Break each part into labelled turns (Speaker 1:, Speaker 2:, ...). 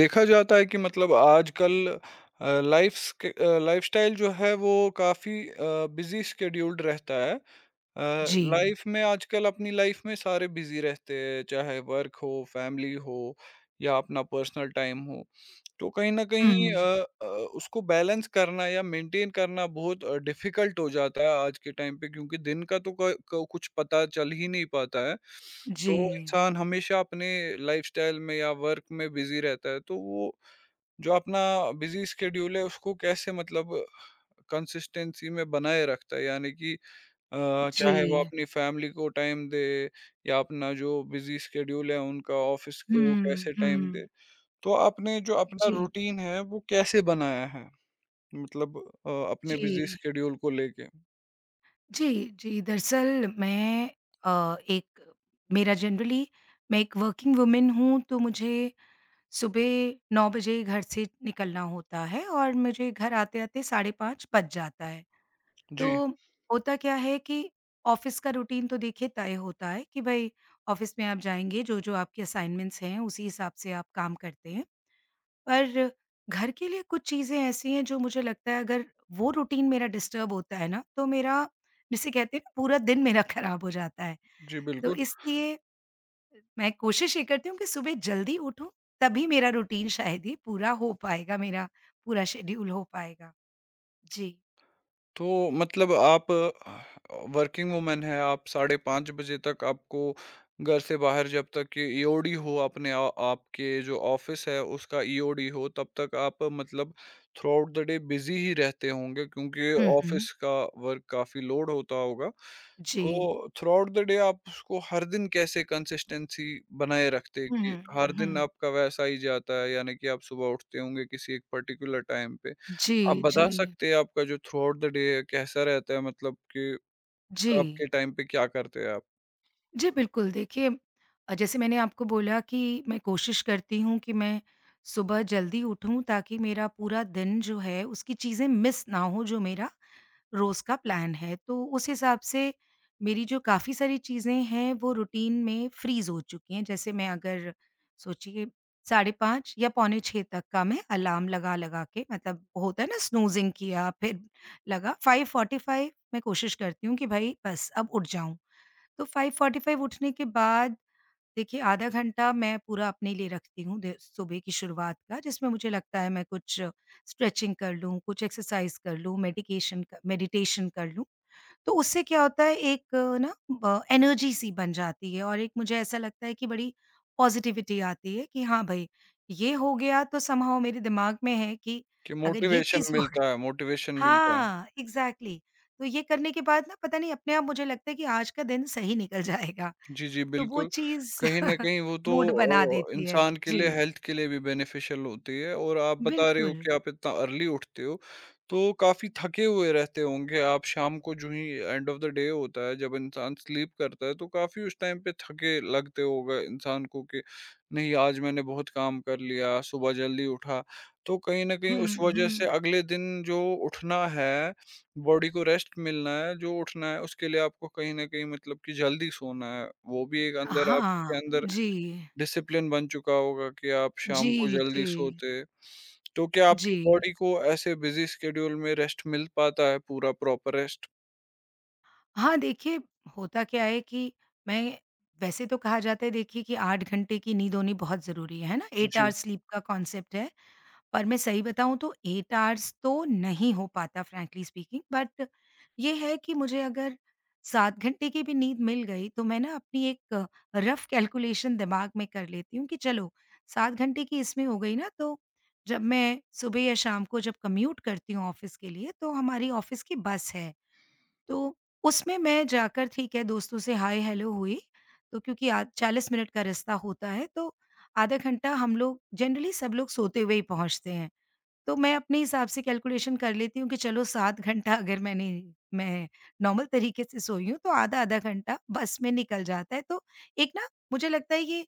Speaker 1: देखा जाता है कि मतलब आजकल लाइफ़्स के लाइफ़स्टाइल जो है वो काफ़ी बिज़ी शेड्यूल्ड रहता है।
Speaker 2: जी।
Speaker 1: लाइफ़ में आजकल अपनी लाइफ़ में सारे बिज़ी रहते हैं, चाहे वर्क हो, फैमिली हो या अपना पर्सनल टाइम हो। तो कहीं न कहीं
Speaker 2: हुँ,
Speaker 1: अ, उसको बैलेंस करना या मेंटेन करना बहुत डिफ़िकल्ट हो जाता है आज के टाइम पे, क्योंकि दिन का तो क क कुछ पता चल ही नहीं पाता है। तो
Speaker 2: जी,
Speaker 1: इंसान हमेशा अपने लाइफ़स्टाइल में या वर्क में बिज़ी रहता है, तो वो जो अपना बिज़ी शेड्यूल है उसको कैसे मतलब कंसिस्टेंसी में बनाए रखता है, यानी कि अ, चाहे वो
Speaker 2: जी।
Speaker 1: अपनी फैमिली को टाइम दे, या अपना जो बिज़ी शेड्यूल है उनका ऑफ़िस को
Speaker 2: हुँ,
Speaker 1: कैसे टाइम दे?
Speaker 2: हुँ।
Speaker 1: तो आपने जो अपना
Speaker 2: जी,
Speaker 1: रूटीन है वो कैसे बनाया है? मतलब अपने बिज़ी
Speaker 2: जी,
Speaker 1: स्केड्यूल को लेके?
Speaker 2: जी, जी। दरअसल मैं अ, एक मेरा जनरली मैं एक वर्किंग वुमन हूँ, तो मुझे सुबह 9 बजे घर से निकलना होता है और मुझे घर आते-आते साढ़े 5 बज जाता है।
Speaker 1: जी,
Speaker 2: तो होता क्या है कि ऑफ़िस का रूटीन तो देखिए तय होता है कि भई ऑफ़िस में आप जाएँगे, जो-जो आपके असाइनमेंट्स हैं, उसी हिसाब से आप काम करते हैं। पर घर के लिए कुछ चीज़ें ऐसी हैं जो मुझे लगता है अगर वो रूटीन मेरा डिस्टर्ब होता है ना, तो मेरा जिसे कहते हैं ना पूरा दिन मेरा ख़राब हो जाता है।
Speaker 1: जी,
Speaker 2: तो
Speaker 1: बिल्कुल।
Speaker 2: इसलिए मैं कोशिश ये करती हूँ कि सुबह जल्दी उठूँ, तभी मेरा रूटीन शायद ये पूरा हो पाएगा, मेरा पूरा शेड्यूल हो पाएगा। जी।
Speaker 1: तो मतलब आप वर्किंग वुमन है, आप साढ़े 5 बजे तक आपको घर से बाहर, जब तक ईओडी हो, अपने आ आपके जो ऑफ़िस है उसका ईओडी हो, तब तक आप मतलब throughout the day busy ही रहते होंगे, क्योंकि
Speaker 2: हुँ, हुँ।
Speaker 1: ऑफ़िस का वर्क काफ़ी लोड होता होगा। तो
Speaker 2: जी।
Speaker 1: थ्रू आउट द डे आप उसको हर दिन कैसे कंसिस्टेंसी बनाए रखते हैं
Speaker 2: हुँ,
Speaker 1: कि
Speaker 2: हुँ,
Speaker 1: हर
Speaker 2: हुँ,
Speaker 1: दिन
Speaker 2: हुँ।
Speaker 1: आपका वैसा ही जाता है? यानी कि आप सुबह उठते होंगे किसी एक पर्टिकुलर टाइम पे। आप
Speaker 2: जी, जी,
Speaker 1: बता सकते हैं, आपका जो थ्रू आउट द डे है कैसा रहता है, मतलब कि कब
Speaker 2: जी।
Speaker 1: के टाइम पे क्या करते हैं आप?
Speaker 2: जी, बिल्कुल। देखिए जैसे मैंने आपको बोला कि मैं कोशिश करती हूँ कि मैं सुबह जल्दी उठूँ ताकि मेरा पूरा दिन जो है उसकी चीज़ें मिस ना हो जो मेरा रोज़ का प्लान है। तो उस हिसाब से मेरी जो काफ़ी सारी चीज़ें हैं वो रूटीन में फ्रीज़ हो चुकी हैं। जैसे मैं अगर सोचिए 5:30 या पौने 6 तक का मैं अलार्म लगा-लगा के मतलब होता है ना स्नूज़िंग किया, फिर लगा 5:45 मैं कोशिश करती हूँ कि भई बस अब उठ जाऊँ। तो 5:45 उठने के बाद देखिए आधा घंटा मैं पूरा अपने लिए रखती हूँ दे सुबह की शुरुआत का जिसमें मुझे लगता है मैं कुछ स्ट्रेचिंग कर लूँ, कुछ एक्सरसाइज़ कर लूँ, मेडिकेशन क मेडिटेशन कर लूँ। तो उससे क्या होता है एक अ, ना ब एनर्जी सी बन जाती है और एक मुझे ऐसा लगता है कि बड़ी पॉज़िटिविटी आती है कि हाँ भई, ये हो गया तो समहाउ मेरे दिमाग में है कि
Speaker 1: कि
Speaker 2: अगर ये
Speaker 1: मोटिवेशन
Speaker 2: चीज़ हो गई
Speaker 1: मिलता है, मोटिवेशन मिलता है।
Speaker 2: हाँ, एग्ज़ैक्टली। तो ये करने के बाद ना पता नहीं अपने आप मुझे लगता है कि आज का दिन सही निकल जाएगा।
Speaker 1: जी, जी,
Speaker 2: तो वो
Speaker 1: बिल्कुल।
Speaker 2: चीज़
Speaker 1: कहीं न कहीं वो तो
Speaker 2: मूड बना देती है।
Speaker 1: इंसान के लिए,
Speaker 2: जी,
Speaker 1: हेल्थ के लिए भी बेनिफिशियल होती है, और आप बता रहे हो
Speaker 2: बिल्कुल।
Speaker 1: कि आप इतना अर्ली उठते हो, तो काफ़ी थके हुए रहते होंगे आप शाम को, जो ही एंड ऑफ द डे होता है, जब इंसान स्लीप करता है, तो काफ़ी उस टाइम पे थके लगते होगा इंसान को कि नहीं, आज मैंने बहुत काम कर लिया, सुबह जल्दी उठा। तो कहीं न कहीं
Speaker 2: हुँ,
Speaker 1: उस वजह से
Speaker 2: हुँ।
Speaker 1: अगले दिन जो उठना है, बॉडी को रेस्ट मिलना है, जो उठना है उसके लिए आपको कहीं न कहीं मतलब कि जल्दी सोना है। वो भी एक अंदर आपके
Speaker 2: हाँ,
Speaker 1: अंदर
Speaker 2: जी।
Speaker 1: डिसिप्लिन बन चुका होगा कि आप
Speaker 2: जी,
Speaker 1: शाम को
Speaker 2: जी,
Speaker 1: जल्दी सोते। तो क्या आपकी
Speaker 2: जी।
Speaker 1: बॉडी को ऐसे बिज़ी शेड्यूल में रेस्ट मिल पाता है, पूरा प्रॉपर रेस्ट?
Speaker 2: हाँ, देखिए होता क्या है कि मैं वैसे तो कहा जाता है देखिए कि 8 घंटे की नींद होनी बहुत ज़रूरी है ना? 8
Speaker 1: जी।
Speaker 2: आवर स्लीप का कॉन्सेप्ट है। और मैं सही बताऊँ तो 8 आवर्स तो नहीं हो पाता फ्रैंकली स्पीकिंग बट ये है कि मुझे अगर 7 घंटे की भी नींद मिल गई तो मैं ना अपनी एक रफ कैलकुलेशन दिमाग में कर लेती हूँ कि चलो 7 घंटे की इसमें हो गई ना तो जब मैं सुबह या शाम को जब कम्यूट करती हूँ ऑफिस के लिए तो हमारी ऑफिस की बस है। तो उसमें मैं जाकर ठीक है दोस्तों से हाय हेलो हुई तो क्योंकि आ 40 मिनट का रास्ता होता है तो आधा घंटा हम लोग जनरली सब लोग सोते हुए ही पहुँचते हैं। तो मैं अपने हिसाब से कैलकुलेशन कर लेती हूँ कि चलो 7 घंटा अगर मैं नॉर्मल तरीके से सोई हूँ तो आधा-आधा घंटा बस में निकल जाता है। तो एक ना मुझे लगता है ये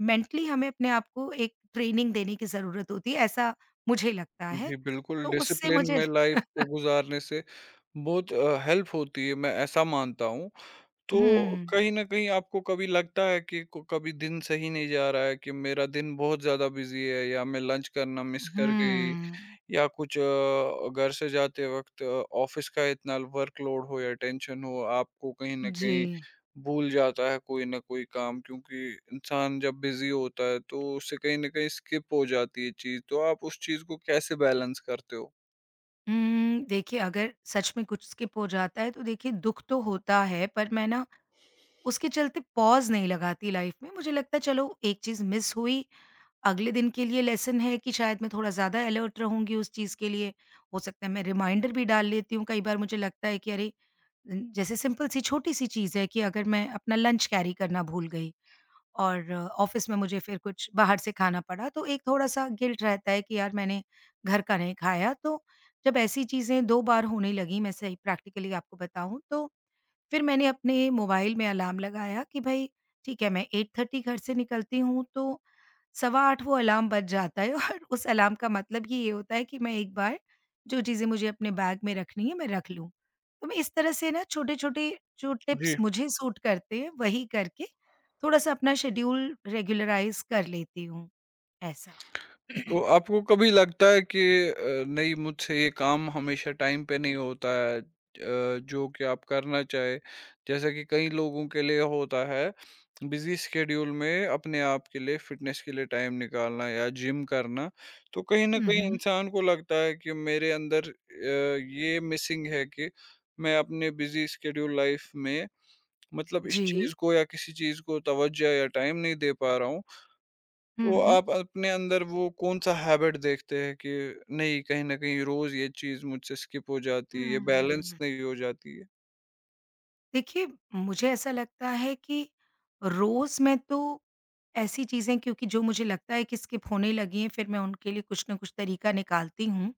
Speaker 2: मेंटली हमें अपने आप को एक ट्रेनिंग देने की ज़रूरत होती है, ऐसा मुझे लगता है।
Speaker 1: जी, बिल्कुल,
Speaker 2: तो उससे
Speaker 1: डिसिप्लिन
Speaker 2: मुझे
Speaker 1: में लाइफ़
Speaker 2: ल
Speaker 1: को गुज़ारने से बहुत हेल्प होती है, मैं ऐसा मानता हूँ। तो
Speaker 2: हुँ,
Speaker 1: कहीं न कहीं आपको कभी लगता है कि को कभी दिन सही नहीं जा रहा है, कि मेरा दिन बहुत ज़्यादा बिज़ी है, या मैं लंच करना मिस
Speaker 2: हुँ।
Speaker 1: कर गई, या कुछ घर से जाते वक़्त ऑफ़िस का इतना वर्कलोड हो या टेंशन हो, आपको कहीं न
Speaker 2: जी।
Speaker 1: कहीं भूल जाता है कोई न कोई काम, क्योंकि इंसान जब बिज़ी होता है तो उससे कहीं न कहीं स्किप हो जाती है चीज़, तो आप उस चीज़ को कैसे बैलेंस करते हो?
Speaker 2: देखिए अगर सच में कुछ स्किप हो जाता है तो देखिए दुःख तो होता है पर मैं ना उसके चलते पॉज़ नहीं लगाती लाइफ़ में। मुझे लगता है चलो एक चीज़ मिस हुई अगले दिन के लिए लेसन है कि शायद मैं थोड़ा ज़्यादा अलर्ट रहूँगी उस चीज़ के लिए। हो सकता है मैं रिमाइंडर भी डाल लेती हूँ, कई बार मुझे लगता है कि अरे! जैसे सिंपल सी छोटी-सी चीज़ है कि अगर मैं अपना लंच कैरी करना भूल गई और ऑफ़िस में मुझे फिर कुछ बाहर से खाना पड़ा, तो एक थोड़ा-सा गिल्ट रहता है कि यार मैंने घर का नहीं खाया। तो जब ऐसी चीज़ें 2 बार होने लगीं, मैं सही प्रैक्टिकली आपको बताऊँ तो फिर मैंने अपने मोबाइल में अलार्म लगाया कि भाई ठीक है मैं 8:30 घर से निकलती हूँ तो सवा 8 वो अलार्म बज जाता है और उस अलार्म का मतलब ही ये होता है कि मैं एक बार जो चीज़ें मुझे अपने बैग में रखनी है मैं रख लूँ। तो मैं इस तरह से ना छोटे-छोटे जो
Speaker 1: जी।
Speaker 2: टिप्स मुझे सूट करते हैं वही करके थोड़ा-सा अपना शेड्यूल रेगुलराइज़ कर लेती हूँ, ऐसा।
Speaker 1: तो आपको कभी लगता है कि नहीं, मुझसे ये काम हमेशा टाइम पे नहीं होता है, जो कि आप करना चाहे, जैसा कि कई लोगों के लिए होता है, बिजी स्केड्यूल में अपने आप के लिए, फिटनेस के लिए टाइम निकालना या जिम करना, तो कहीं ना
Speaker 2: हुँ,
Speaker 1: कहीं
Speaker 2: हुँ।
Speaker 1: इंसान को लगता है कि मेरे अंदर ये मिसिंग है, कि मैं अपने बिजी स्केड्यूल लाइफ में मतलब इस
Speaker 2: जी।
Speaker 1: चीज को या किसी चीज को तवज्जो या टाइम नहीं दे पा रहा हूँ, तो
Speaker 2: हुँ।
Speaker 1: आप अपने अंदर वो कौन-सा हैबिट देखते हैं कि नहीं, कहीं न कहीं रोज़ ये चीज़ मुझसे स्किप हो जाती है, ये बैलेंस
Speaker 2: हुँ।
Speaker 1: नहीं हो जाती है?
Speaker 2: देखिए, मुझे ऐसा लगता है कि रोज़ मैं तो ऐसी चीज़ें क्योंकि जो मुझे लगता है कि स्किप होने लगी हैं, फिर मैं उनके लिए कुछ न कुछ तरीका निकालती हूँ।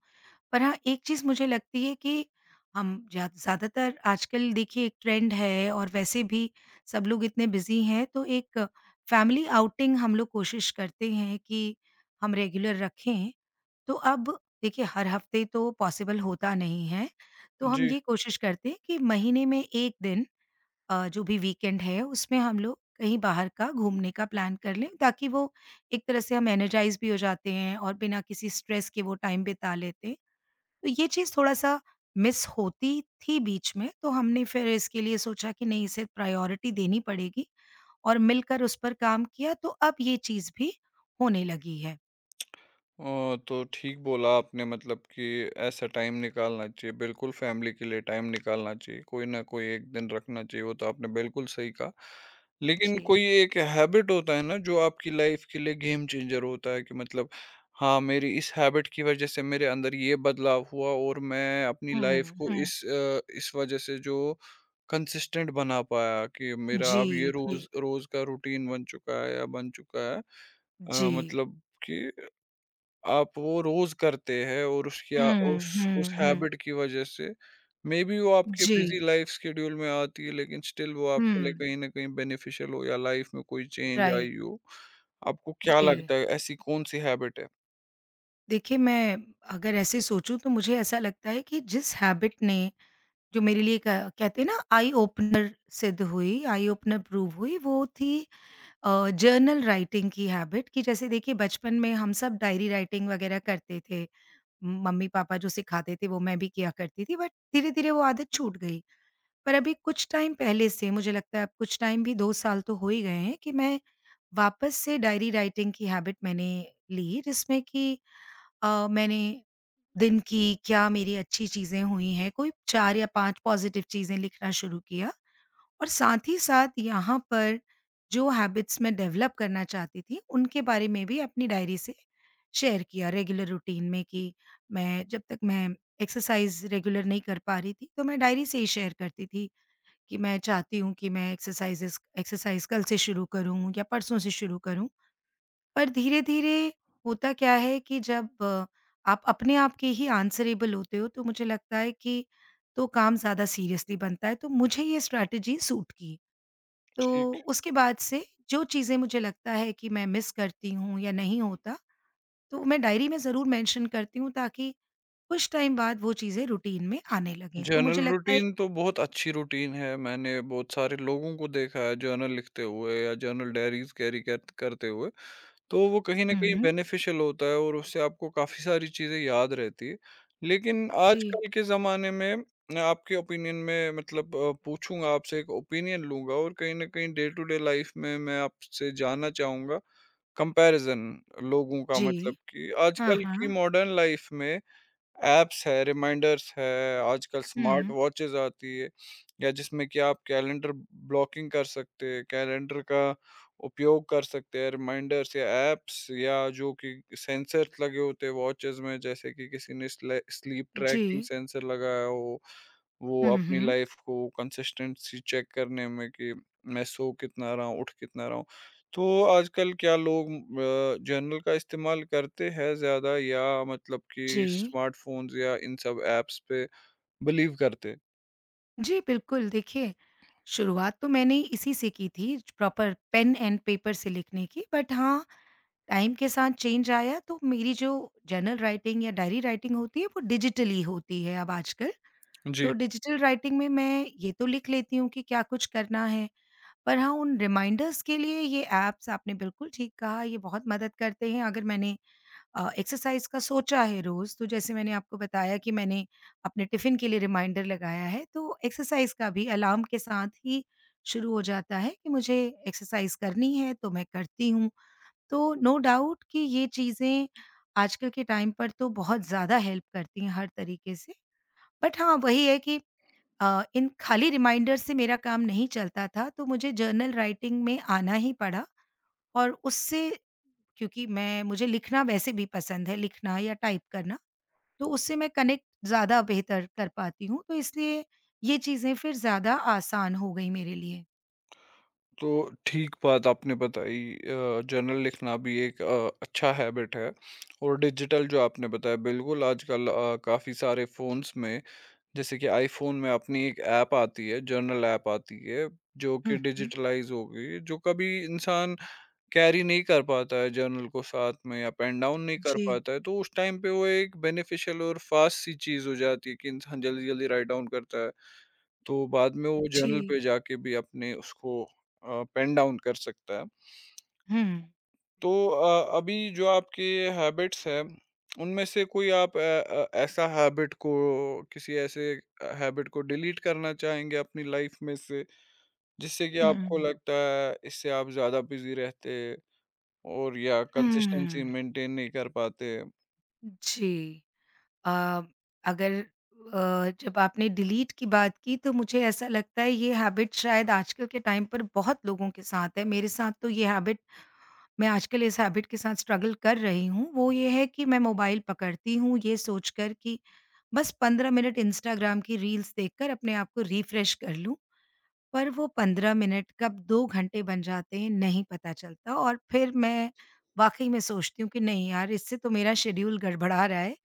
Speaker 2: पर हाँ, एक चीज़ मुझे लगती है कि हम ज़्यादातर आजकल देखिए एक ट्रेंड है और वैसे भी सब लोग इतने बिज़ी हैं, तो एक फैमिली आउटिंग हम लोग कोशिश करते हैं कि हम रेगुलर रखें। तो अब देखिए, हर हफ्ते तो पॉसिबल होता नहीं है, तो हम
Speaker 1: जी।
Speaker 2: ये कोशिश करते हैं कि महीने में 1 दिन जो भी वीकेंड है उसमें हम लोग कहीं बाहर का घूमने का प्लान कर लें ताकि वो एक तरह से हम एनर्जाइज भी हो जाते हैं और बिना किसी स्ट्रेस के वो टाइम बिता लेते हैं। तो ये चीज़ थोड़ा-सा मिस होती थी बीच में, तो हमने फिर इसके लिए सोचा कि नहीं इसे प्रायोरिटी देनी पड़ेगी और मिलकर उस पर काम किया तो अब ये चीज़ भी होने लगी है।
Speaker 1: तो ठीक बोला आपने, मतलब कि ऐसा टाइम निकालना चाहिए, बिल्कुल फैमिली के लिए टाइम निकालना चाहिए, कोई ना कोई एक दिन रखना चाहिए, वो तो आपने बिल्कुल सही कहा, लेकिन
Speaker 2: जी।
Speaker 1: कोई एक हैबिट होता है ना जो आपकी लाइफ के लिए गेम चेंजर होता है, कि मतलब हाँ, मेरी इस हैबिट की वजह से मेरे अंदर ये बदलाव हुआ, और मैं अपनी
Speaker 2: हुँ,
Speaker 1: लाइफ को
Speaker 2: हुँ।
Speaker 1: इस वजह से जो कंसिस्टेंट बना पाया, कि मेरा
Speaker 2: जी,
Speaker 1: अब जी ये
Speaker 2: जी,
Speaker 1: रोज रोज का रूटीन बन चुका है, या बन चुका है,
Speaker 2: जी।
Speaker 1: मतलब कि आप वो रोज़ करते हैं, और उसकी आ
Speaker 2: हुँ,
Speaker 1: उस
Speaker 2: हुँ,
Speaker 1: उस
Speaker 2: हुँ।
Speaker 1: हैबिट की वज़ह से मे बी वो आपके
Speaker 2: जी।
Speaker 1: बिज़ी लाइफ़ शेड्यूल में आती है, लेकिन स्टिल वो
Speaker 2: हुँ।
Speaker 1: आपके लिए कहीं न कहीं बेनिफिशियल हो, या लाइफ़ में कोई चेंज
Speaker 2: राइट,
Speaker 1: आई हो। आपको क्या
Speaker 2: जी।
Speaker 1: लगता है, ऐसी कौन-सी हैबिट है?
Speaker 2: देखिए, मैं अगर ऐसे सोचूँ तो मुझे ऐसा लगता है कि जिस हैबिट ने जो मेरे लिए क कहते हैं ना आई ओपनर सिद्ध हुई, आई ओपनर प्रूव हुई वो थी जर्नल राइटिंग की हैबिट कि जैसे देखिए बचपन में हम सब डायरी राइटिंग वगैरह करते थे। मम्मी-पापा जो सिखाते थे वो मैं भी किया करती थी बट धीरे-धीरे वो आदत छूट गई। पर अभी कुछ टाइम पहले से मुझे लगता है अब कुछ टाइम भी 2 साल तो हो ही गए हैं कि मैं वापस से डायरी राइटिंग की हैबिट मैंने ली जिसमें कि मैंने दिन की क्या मेरी अच्छी चीज़ें हुई हैं, कोई 4 या 5 पॉज़िटिव चीज़ें लिखना शुरू किया और साथ ही साथ यहाँ पर जो हैबिट्स मैं डेवलप करना चाहती थी, उनके बारे में भी अपनी डायरी से शेयर किया रेगुलर रूटीन में कि मैं जब तक मैं एक्सरसाइज़ रेगुलर नहीं कर पा रही थी, तो मैं डायरी से ही शेयर करती थी कि मैं चाहती हूँ कि मैं एक्सरसाइज़ कल से शुरू करूँ या परसों से शुरू करूँ। पर धीरे-धीरे होता क्या है कि जब आप अपने आप के ही आंसरेबल होते हो, तो मुझे लगता है कि तो काम ज़्यादा सीरियसली बनता है, तो मुझे ये स्ट्रैटेजी सूट की। तो
Speaker 1: ठीक।
Speaker 2: उसके बाद से जो चीज़ें मुझे लगता है कि मैं मिस करती हूँ या नहीं होता, तो मैं डायरी में ज़रूर मेंशन करती हूँ ताकि कुछ टाइम बाद वो चीज़ें रूटीन में आने लगें। तो
Speaker 1: जर्नल
Speaker 2: मुझे लगता है
Speaker 1: रूटीन तो बहुत अच्छी रूटीन है। मैंने बहुत सारे लोगों को देखा है जर्नल लिखते हुए, या जर्नल डायरीज़ कैरी कर करते हुए। तो वो कहीं न कहीं
Speaker 2: हुँ,
Speaker 1: बेनिफिशियल होता है, और उससे आपको काफ़ी सारी चीज़ें याद रहती है। लेकिन
Speaker 2: जी,
Speaker 1: आजकल के ज़माने में मैं आपके ओपिनियन में, मतलब पूछूँगा आपसे, एक ओपिनियन लूँगा, और कहीं न कहीं डे टू डे लाइफ़ में मैं आपसे जानना चाहूँगा कंपैरिज़न लोगों का,
Speaker 2: जी।
Speaker 1: मतलब कि
Speaker 2: हाँ,
Speaker 1: आजकल की
Speaker 2: हाँ।
Speaker 1: मॉडर्न लाइफ़ में ऐप्स है, रिमाइंडर्स है, आजकल स्मार्ट
Speaker 2: हुँ,
Speaker 1: वॉचेज़ आती है, या जिसमें कि आप कैलेंडर ब्लॉकिंग कर सकते हैं, कैलेंडर का उपयोग कर सकते हैं, रिमाइंडर्स या ऐप्स, या जो कि सेंसर्स लगे होते हैं वॉचेज़ में, जैसे कि किसी ने स्ले स्लीप
Speaker 2: जी।
Speaker 1: ट्रैकिंग सेंसर लगाया हो, वो
Speaker 2: हुँ,
Speaker 1: अपनी
Speaker 2: हुँ,
Speaker 1: लाइफ़ को कंसिस्टेंसी चेक करने में, कि मैं सो कितना रहा हूँ, उठ कितना रहा हूँ। तो आजकल क्या लोग जर्नल का इस्तेमाल करते हैं ज़्यादा, या मतलब
Speaker 2: जी।
Speaker 1: कि स्मार्टफ़ोन्स या इन सब ऐप्स पे बिलीव करते हैं?
Speaker 2: जी, बिल्कुल। देखिए, शुरुआत तो मैंने इसी से की थी, प्रॉपर पेन एंड पेपर से लिखने की। बट हाँ, टाइम के साथ चेंज आया, तो मेरी जो जर्नल राइटिंग या डायरी राइटिंग होती है, वो डिजिटली होती है अब आजकल।
Speaker 1: जी।
Speaker 2: तो डिजिटल राइटिंग में मैं ये तो लिख लेती हूँ कि क्या कुछ करना है, पर हाँ, उन रिमाइंडर्स के लिए ये ऐप्स आपने बिल्कुल ठीक कहा, ये बहुत मदद करते हैं। अगर मैंने एक्सरसाइज़ का सोचा है रोज़, तो जैसे मैंने आपको बताया कि मैंने अपने टिफ़िन के लिए रिमाइंडर लगाया है, तो एक्सरसाइज़ का भी अलार्म के साथ ही शुरू हो जाता है कि मुझे एक्सरसाइज़ करनी है, तो मैं करती हूँ। तो नो डाउट कि ये चीज़ें आजकल के टाइम पर तो बहुत ज़्यादा हेल्प करती हैं हर तरीके से। बट हाँ, वही है कि इन खाली रिमाइंडर से मेरा काम नहीं चलता था, तो मुझे जर्नल राइटिंग में आना ही पड़ा और उससे क्योंकि मैं मुझे लिखना वैसे भी पसंद है, लिखना या टाइप करना। तो उससे मैं कनेक्ट ज़्यादा बेहतर कर पाती हूँ, तो इसलिए ये चीज़ें फिर ज़्यादा आसान हो गई मेरे लिए।
Speaker 1: तो ठीक बात आपने बताई, जर्नल लिखना भी एक अच्छा हैबिट है, और डिजिटल जो आपने बताया, बिल्कुल आजकल काफ़ी सारे फ़ोन्स में, जैसे कि आईफ़ोन में अपनी एक ऐप आती है, जर्नल ऐप आती है, जो
Speaker 2: हुँ,
Speaker 1: कि
Speaker 2: हुँ।
Speaker 1: डिजिटलाइज़ हो गई है, जो कभी इंसान कैरी नहीं कर पाता है जर्नल को साथ में, अप एंड डाउन नहीं कर
Speaker 2: जी,
Speaker 1: पाता है, तो उस टाइम पे वो एक बेनिफिशियल और फ़ास्ट सी चीज़ हो जाती है कि इंसान जल्दी-जल्दी राइट डाउन करता है, तो बाद में वो
Speaker 2: जी।
Speaker 1: जर्नल पे जाके भी अपने उसको पेन डाउन कर सकता है।
Speaker 2: हुँ।
Speaker 1: तो अभी जो आपकी हैबिट्स हैं, उनमें से कोई आप ऐसा हैबिट को किसी ऐसे हैबिट को डिलीट करना चाहेंगे अपनी लाइफ़ में से, जिससे कि आपको
Speaker 2: हुँ।
Speaker 1: लगता है इससे आप ज़्यादा बिज़ी रहते? और या
Speaker 2: हुँ,
Speaker 1: कंसिस्टेंसी मेंटेन नहीं कर पाते।
Speaker 2: जी। अ, अगर जब आपने डिलीट की बात की तो मुझे ऐसा लगता है ये हैबिट शायद आजकल के टाइम पर बहुत लोगों के साथ है, मेरे साथ तो ये हैबिट मैं आजकल इस हैबिट के साथ स्ट्रगल कर रही हूँ, वो ये है कि मैं मोबाइल पकड़ती हूँ ये सोचकर कि बस 15 मिनट इंस्टाग्राम की रील्स देखकर अपने आप को रिफ्रेश कर लूँ, पर वो 15 मिनट कब 2 घंटे बन जाते हैं नहीं पता चलता और फिर मैं वाक़ई में सोचती हूँ कि नहीं यार इससे तो मेरा शेड्यूल गड़बड़ा रहा है,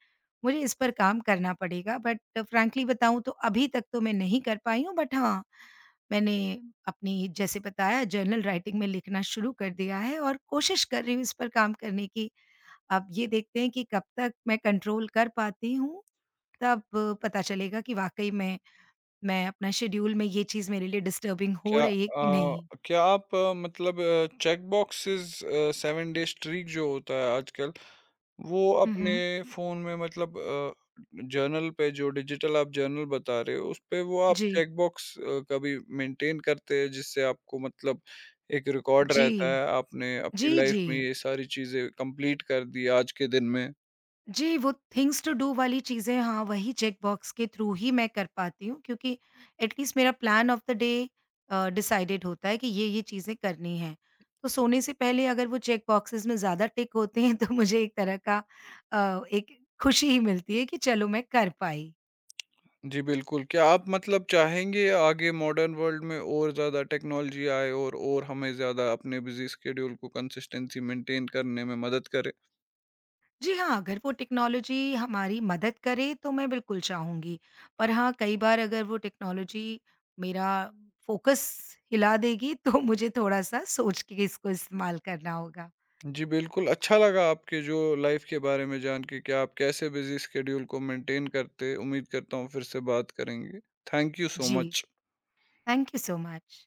Speaker 2: मुझे इस पर काम करना पड़ेगा बट फ्रैंकली बताऊँ तो अभी तक तो मैं नहीं कर पाई हूँ बट हाँ, मैंने अपनी जैसे बताया जर्नल राइटिंग में लिखना शुरू कर दिया है और कोशिश कर रही हूँ इस पर काम करने की। अब ये देखते हैं कि कब तक मैं कंट्रोल कर पाती हूँ, तब पता चलेगा कि वाक़ई में मैं अपना शेड्यूल में ये चीज़ मेरे लिए डिस्टर्बिंग हो
Speaker 1: क्या
Speaker 2: रही है कि
Speaker 1: अ,
Speaker 2: नहीं।
Speaker 1: क्या आप मतलब चेक बॉक्सेस, 7 डे स्ट्रीक जो होता है आजकल, वो
Speaker 2: हुँ,
Speaker 1: अपने
Speaker 2: हुँ।
Speaker 1: फ़ोन में, मतलब जर्नल पे, जो डिजिटल आप जर्नल बता रहे हो, उस पे वो आप
Speaker 2: जी।
Speaker 1: चेक बॉक्स कभी मेंटेन करते हैं, जिससे आपको मतलब एक रिकॉर्ड
Speaker 2: जी।
Speaker 1: रहता है, आपने
Speaker 2: जी,
Speaker 1: अपनी लाइफ़
Speaker 2: जी।
Speaker 1: में ये सारी चीज़ें कंप्लीट कर दी आज के दिन में?
Speaker 2: जी, वो थिंग्स टू डू वाली चीज़ें हाँ, वही चेक बॉक्स के थ्रू ही मैं कर पाती हूँ क्योंकि एट लीस्ट मेरा plan of the day decided होता है कि ये-ये चीज़ें करनी हैं। तो सोने से पहले अगर वो चेक बॉक्सेस में ज़्यादा टिक होते हैं तो मुझे एक तरह का एक खुशी ही मिलती है कि चलो मैं कर पाई।
Speaker 1: जी, बिल्कुल। क्या आप मतलब चाहेंगे आगे मॉडर्न वर्ल्ड में और ज़्यादा टेक्नोलॉजी आए, और हमें ज़्यादा अपने बिज़ी शेड्यूल को कंसिस्टेंसी मेंटेन करने में मदद करे?
Speaker 2: जी हाँ, अगर वो टेक्नोलॉजी हमारी मदद करे तो मैं बिल्कुल चाहूँगी। पर हाँ, कई बार अगर वो टेक्नोलॉजी मेरा फ़ोकस हिला देगी तो मुझे थोड़ा-सा सोच के इसको इस्तेमाल करना होगा।
Speaker 1: जी, बिल्कुल, अच्छा लगा आपके जो लाइफ़ के बारे में जान के, कि आप कैसे बिज़ी शेड्यूल को मेंटेन करते। उम्मीद करता हूँ फिर से बात करेंगे। थैंक यू सो
Speaker 2: जी,
Speaker 1: much.
Speaker 2: Thank you so much.